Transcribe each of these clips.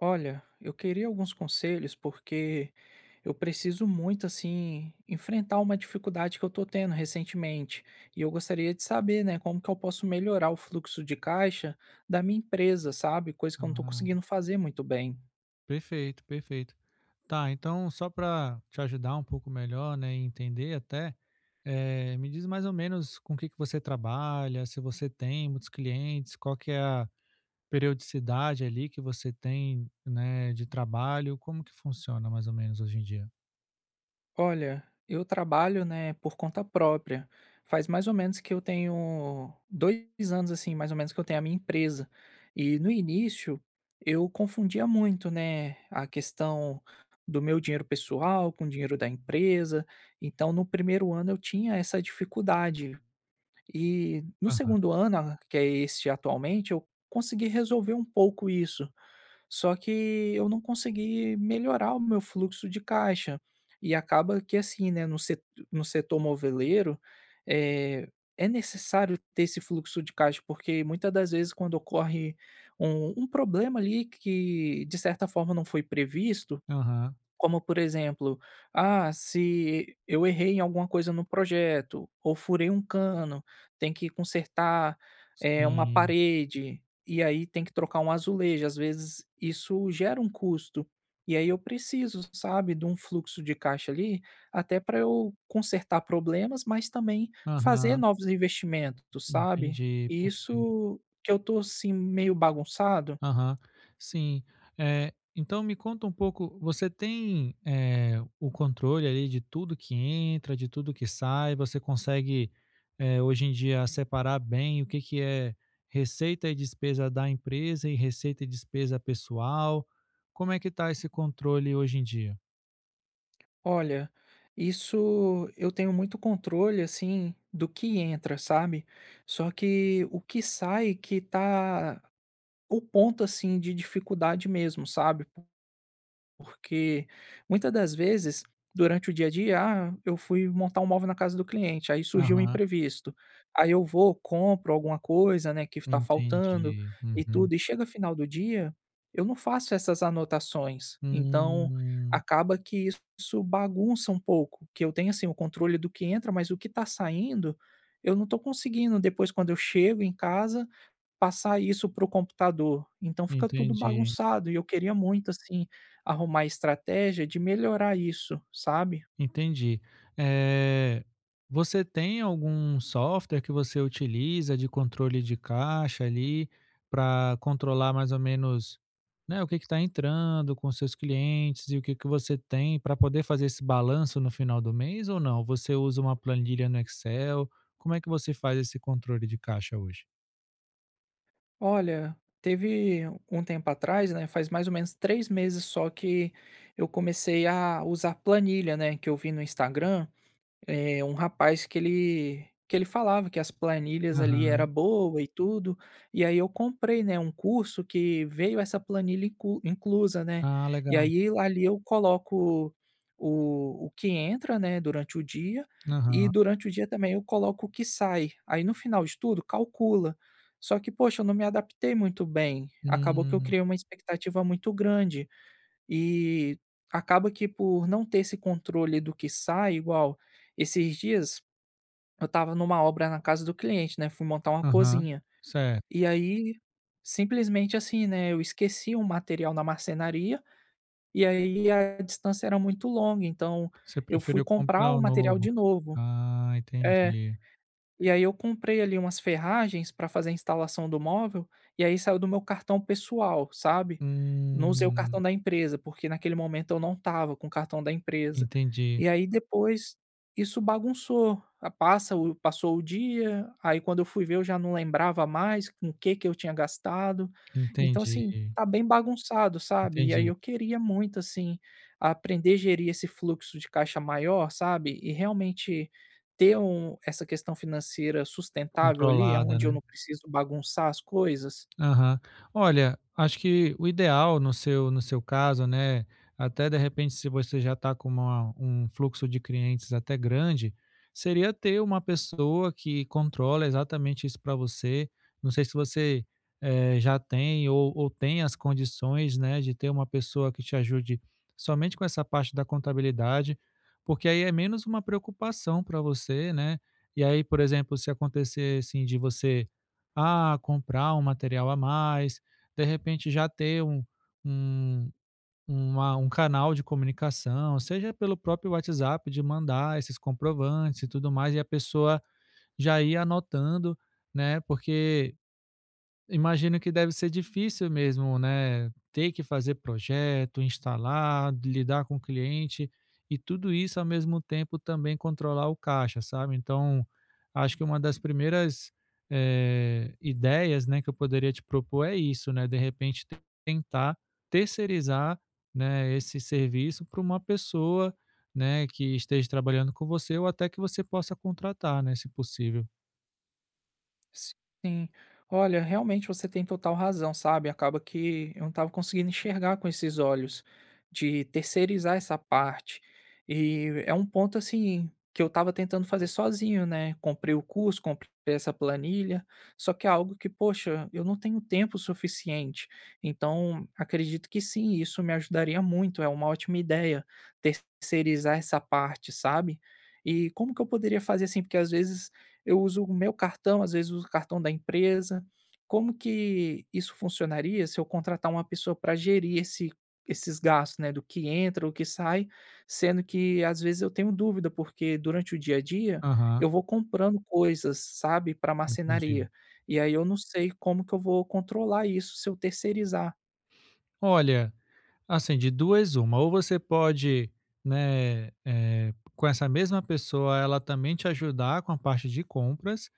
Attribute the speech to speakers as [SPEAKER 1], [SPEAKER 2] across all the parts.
[SPEAKER 1] Olha, eu queria alguns conselhos porque eu preciso muito assim enfrentar uma dificuldade que eu tô tendo recentemente e eu gostaria de saber, né, como que eu posso melhorar o fluxo de caixa da minha empresa, sabe? Coisa que eu não tô
[SPEAKER 2] Ah,
[SPEAKER 1] conseguindo fazer muito bem.
[SPEAKER 2] perfeito, perfeito. Tá, então só para te ajudar um pouco melhor, né, e entender até, me diz mais ou menos com o que que você trabalha, se você tem muitos clientes, qual que é a periodicidade ali que você tem, né, de trabalho, como que funciona mais ou menos hoje em dia?
[SPEAKER 1] Olha, eu trabalho, né, por conta própria. Faz mais ou menos que eu tenho 2 anos, assim, mais ou menos que eu tenho a minha empresa. E no início eu confundia muito, né, a questão do meu dinheiro pessoal com o dinheiro da empresa. Então no primeiro ano eu tinha essa dificuldade e no
[SPEAKER 2] Aham,
[SPEAKER 1] segundo ano, a que é este atualmente, eu consegui resolver um pouco isso, só que eu não consegui melhorar o meu fluxo de caixa. E acaba que assim, né, no setor moveleiro, eh, é necessário ter esse fluxo de caixa, porque muitas das vezes quando ocorre um problema ali que de certa forma não foi previsto,
[SPEAKER 2] aham,
[SPEAKER 1] como, por exemplo, se eu errei em alguma coisa no projeto, ou furei um cano, tem que consertar, uma
[SPEAKER 2] sim,
[SPEAKER 1] parede, e aí tem que trocar um azulejo. Às vezes isso gera um custo, e aí eu preciso, sabe, de um fluxo de caixa ali, até para eu consertar problemas, mas também fazer
[SPEAKER 2] aham,
[SPEAKER 1] novos investimentos, sabe.
[SPEAKER 2] entendi,
[SPEAKER 1] E
[SPEAKER 2] perfeito.
[SPEAKER 1] isso que eu tô, assim, meio bagunçado.
[SPEAKER 2] Aham, sim. Então me conta um pouco, você tem, o controle ali de tudo que entra, de tudo que sai, você consegue, hoje em dia separar bem o que que é receita e despesa da empresa e receita e despesa pessoal? Como é que está esse controle hoje em dia?
[SPEAKER 1] Olha, isso eu tenho muito controle, assim, do que entra, sabe. Só que o que sai que tá o ponto, assim, de dificuldade mesmo, sabe. Porque muitas das vezes, durante o dia a dia, eu fui montar um móvel na casa do cliente, aí surgiu um
[SPEAKER 2] Aham,
[SPEAKER 1] imprevisto. Aí eu vou, compro alguma coisa, né, que está faltando
[SPEAKER 2] entendi.
[SPEAKER 1] e
[SPEAKER 2] Uhum.
[SPEAKER 1] tudo, e chega final do dia, eu não faço essas anotações. Então,
[SPEAKER 2] Hum,
[SPEAKER 1] acaba que isso bagunça um pouco, que eu tenho assim o controle do que entra, mas o que está saindo, eu não estou conseguindo. Depois, quando eu chego em casa, passar isso para o computador, então fica tudo
[SPEAKER 2] entendi,
[SPEAKER 1] bagunçado e eu queria muito, assim, arrumar estratégia de melhorar isso, sabe.
[SPEAKER 2] entendi. Eh, Você tem algum software que você utiliza de controle de caixa ali, para controlar mais ou menos, né, o que que tá entrando com seus clientes e o que que você tem para poder fazer esse balanço no final do mês ou não? Você usa uma planilha no Excel? Como é que você faz esse controle de caixa hoje?
[SPEAKER 1] Olha, teve um tempo atrás, né, faz mais ou menos 3 meses, só que eu comecei a usar planilha, né, que eu vi no Instagram. É, um rapaz que ele falava que as planilhas ali era
[SPEAKER 2] Aham.
[SPEAKER 1] boa e tudo, e aí eu comprei, né, um curso que veio essa planilha inclusa, né,
[SPEAKER 2] Ah,
[SPEAKER 1] e
[SPEAKER 2] legal.
[SPEAKER 1] aí lá ali eu coloco o que entra, né, durante o dia, e
[SPEAKER 2] Aham.
[SPEAKER 1] durante o dia também eu coloco o que sai, aí no final de tudo calcula. Só que poxa, eu não me adaptei muito bem, acabou que eu
[SPEAKER 2] Hum.
[SPEAKER 1] criei uma expectativa muito grande. E acaba que por não ter esse controle do que sai, igual esses dias eu estava numa obra na casa do cliente, né, fui montar uma
[SPEAKER 2] Aham,
[SPEAKER 1] cozinha.
[SPEAKER 2] certo.
[SPEAKER 1] E aí, simplesmente assim, né, eu esqueci um material na marcenaria, e aí a distância era muito longa, então
[SPEAKER 2] Você
[SPEAKER 1] eu fui
[SPEAKER 2] preferiu
[SPEAKER 1] comprar
[SPEAKER 2] comprar
[SPEAKER 1] o
[SPEAKER 2] o
[SPEAKER 1] material
[SPEAKER 2] novo.
[SPEAKER 1] de novo.
[SPEAKER 2] Ah,
[SPEAKER 1] É.
[SPEAKER 2] entendi.
[SPEAKER 1] E aí eu comprei ali umas ferragens para fazer a instalação do móvel, e aí saiu do meu cartão pessoal, sabe. Não usei o cartão
[SPEAKER 2] Hum,
[SPEAKER 1] da empresa, porque naquele momento eu não estava com o cartão da empresa.
[SPEAKER 2] entendi,
[SPEAKER 1] E aí depois isso bagunçou, a passa o passou o dia, aí quando eu fui ver eu já não lembrava mais com o que que eu tinha gastado. Então assim,
[SPEAKER 2] entendi,
[SPEAKER 1] tá bem bagunçado, sabe. E aí
[SPEAKER 2] entendi.
[SPEAKER 1] eu queria muito, assim, aprender a gerir esse fluxo de caixa maior, sabe, e realmente ter um essa questão financeira sustentável ali,
[SPEAKER 2] Controlada,
[SPEAKER 1] aonde eu
[SPEAKER 2] né?
[SPEAKER 1] não preciso bagunçar as coisas.
[SPEAKER 2] Aham. Olha, acho que o ideal no seu caso, né, até de repente se você já está com uma um fluxo de clientes até grande, seria ter uma pessoa que controla exatamente isso para você. Não sei se você, já tem ou tem as condições, né, de ter uma pessoa que te ajude somente com essa parte da contabilidade, porque aí é menos uma preocupação para você, né. E aí, por exemplo, se acontecer, assim, de você a comprar um material a mais, de repente já ter um um uma um canal de comunicação, seja pelo próprio WhatsApp, de mandar esses comprovantes e tudo mais, e a pessoa já ir anotando, né, porque imagino que deve ser difícil mesmo, né, ter que fazer projeto, instalar, lidar com o cliente e tudo isso ao mesmo tempo também controlar o caixa, sabe? Então, acho que uma das primeiras, ideias, né, que eu poderia te propor é isso, né, de repente tentar terceirizar, né, esse serviço para uma pessoa, né, que esteja trabalhando com você ou até que você possa contratar, né, se possível.
[SPEAKER 1] Sim. Olha, realmente você tem total razão, sabe? Acaba que eu não estava conseguindo enxergar com esses olhos de terceirizar essa parte. E é um ponto assim que eu estava tentando fazer sozinho, né? Comprei o curso, comprei essa planilha, só que é algo que, poxa, eu não tenho tempo suficiente. Então, acredito que sim, isso me ajudaria muito. É uma ótima ideia terceirizar essa parte, sabe? E como que eu poderia fazer assim? Porque às vezes eu uso o meu cartão, às vezes uso o cartão da empresa. Como que isso funcionaria se eu contratar uma pessoa para gerir esses gastos, né, do que entra, o que sai, sendo que às vezes eu tenho dúvida, porque durante o dia a dia
[SPEAKER 2] Aham,
[SPEAKER 1] eu vou comprando coisas, sabe, para
[SPEAKER 2] entendi.
[SPEAKER 1] marcenaria. E aí eu não sei como que eu vou controlar isso se eu terceirizar.
[SPEAKER 2] Olha, assim, de duas uma, ou você pode, né, com essa mesma pessoa, ela também te ajudar com a parte de compras,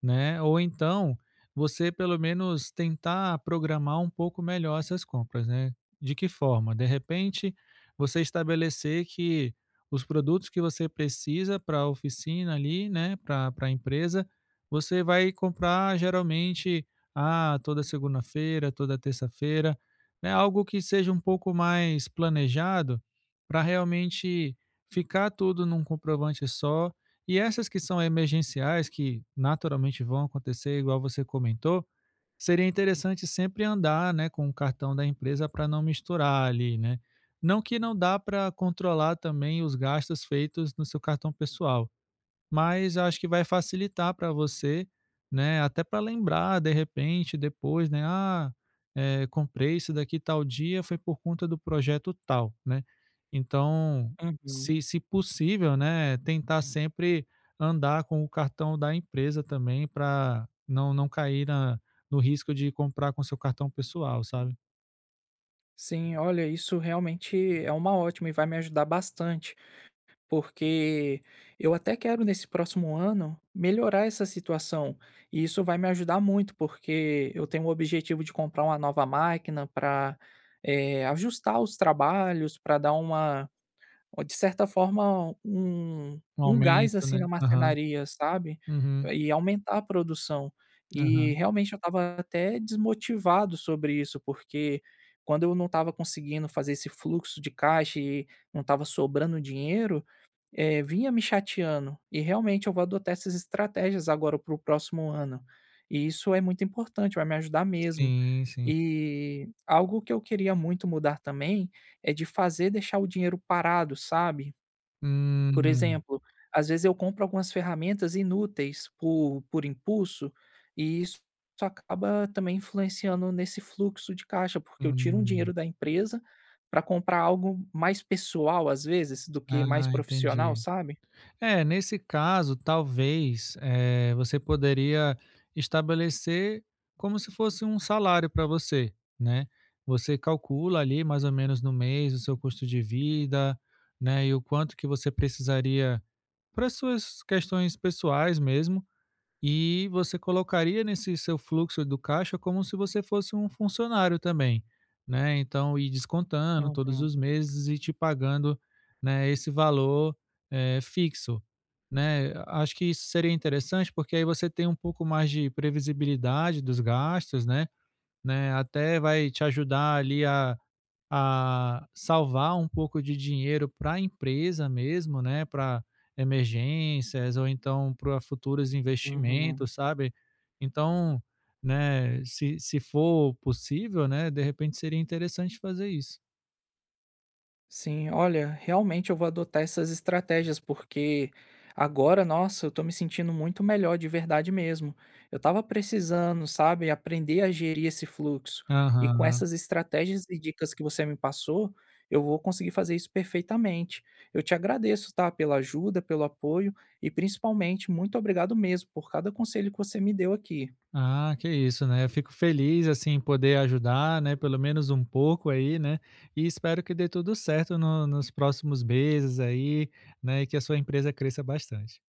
[SPEAKER 2] né, ou então você pelo menos tentar programar um pouco melhor essas compras, né. De que forma? De repente, você estabelecer que os produtos que você precisa para a oficina ali, né, para a empresa, você vai comprar geralmente, ah, toda segunda-feira, toda terça-feira, né, algo que seja um pouco mais planejado para realmente ficar tudo num comprovante só. E essas que são emergenciais, que naturalmente vão acontecer, igual você comentou, seria interessante sempre andar, né, com o cartão da empresa para não misturar ali, né? Não que não dá para controlar também os gastos feitos no seu cartão pessoal, mas acho que vai facilitar para você, né, até para lembrar de repente depois, né, "Ah, comprei isso daqui tal dia, foi por conta do projeto tal", né. Então,
[SPEAKER 1] Uhum.
[SPEAKER 2] se possível, né, tentar sempre andar com o cartão da empresa também para não cair na no risco de comprar com seu cartão pessoal, sabe.
[SPEAKER 1] Sim, olha, isso realmente é uma ótima e vai me ajudar bastante. Porque eu até quero nesse próximo ano melhorar essa situação, e isso vai me ajudar muito, porque eu tenho o objetivo de comprar uma nova máquina para ajustar os trabalhos, para dar uma, de certa forma, um
[SPEAKER 2] Um
[SPEAKER 1] gás,
[SPEAKER 2] aumento,
[SPEAKER 1] assim,
[SPEAKER 2] né.
[SPEAKER 1] na
[SPEAKER 2] Aham.
[SPEAKER 1] marcenaria, sabe,
[SPEAKER 2] Uhum.
[SPEAKER 1] e aumentar a produção. E
[SPEAKER 2] Aham.
[SPEAKER 1] realmente eu estava até desmotivado sobre isso, porque quando eu não estava conseguindo fazer esse fluxo de caixa e não estava sobrando dinheiro, vinha me chateando, e realmente eu vou adotar essas estratégias agora para o próximo ano. E isso é muito importante, vai me ajudar mesmo.
[SPEAKER 2] Sim, sim.
[SPEAKER 1] E algo que eu queria muito mudar também é de fazer deixar o dinheiro parado, sabe? Por
[SPEAKER 2] Hum,
[SPEAKER 1] exemplo, às vezes eu compro algumas ferramentas inúteis por impulso, e isso acaba também influenciando nesse fluxo de caixa, porque eu tiro um
[SPEAKER 2] hum.
[SPEAKER 1] dinheiro da empresa para comprar algo mais pessoal, às vezes, do que mais
[SPEAKER 2] Ah,
[SPEAKER 1] profissional,
[SPEAKER 2] entendi.
[SPEAKER 1] sabe?
[SPEAKER 2] É, nesse caso, talvez, você poderia estabelecer como se fosse um salário para você, né? Você calcula ali mais ou menos no mês o seu custo de vida, né? E o quanto que você precisaria para suas questões pessoais mesmo, e você colocaria nesse seu fluxo do caixa como se você fosse um funcionário também, né, então ir descontando todos
[SPEAKER 1] Uhum,
[SPEAKER 2] os meses e te pagando, né, esse valor, fixo, né. Acho que isso seria interessante, porque aí você tem um pouco mais de previsibilidade dos gastos, né, até vai te ajudar ali a salvar um pouco de dinheiro para a empresa mesmo, né, para emergências ou então para futuros
[SPEAKER 1] uhum.
[SPEAKER 2] investimentos, sabe. Então, né, se for possível, né, de repente seria interessante fazer isso.
[SPEAKER 1] Sim, olha, realmente eu vou adotar essas estratégias, porque agora, nossa, eu tô me sentindo muito melhor de verdade mesmo. Eu tava precisando, sabe, aprender a gerir esse fluxo. E com
[SPEAKER 2] Aham.
[SPEAKER 1] essas estratégias e dicas que você me passou, eu vou conseguir fazer isso perfeitamente. Eu te agradeço, tá, pela ajuda, pelo apoio e principalmente muito obrigado mesmo por cada conselho que você me deu aqui.
[SPEAKER 2] Ah, que isso, né? Eu fico feliz assim em poder ajudar, né? Pelo menos um pouco aí, né? E espero que dê tudo certo nos próximos meses aí, né? E que a sua empresa cresça bastante.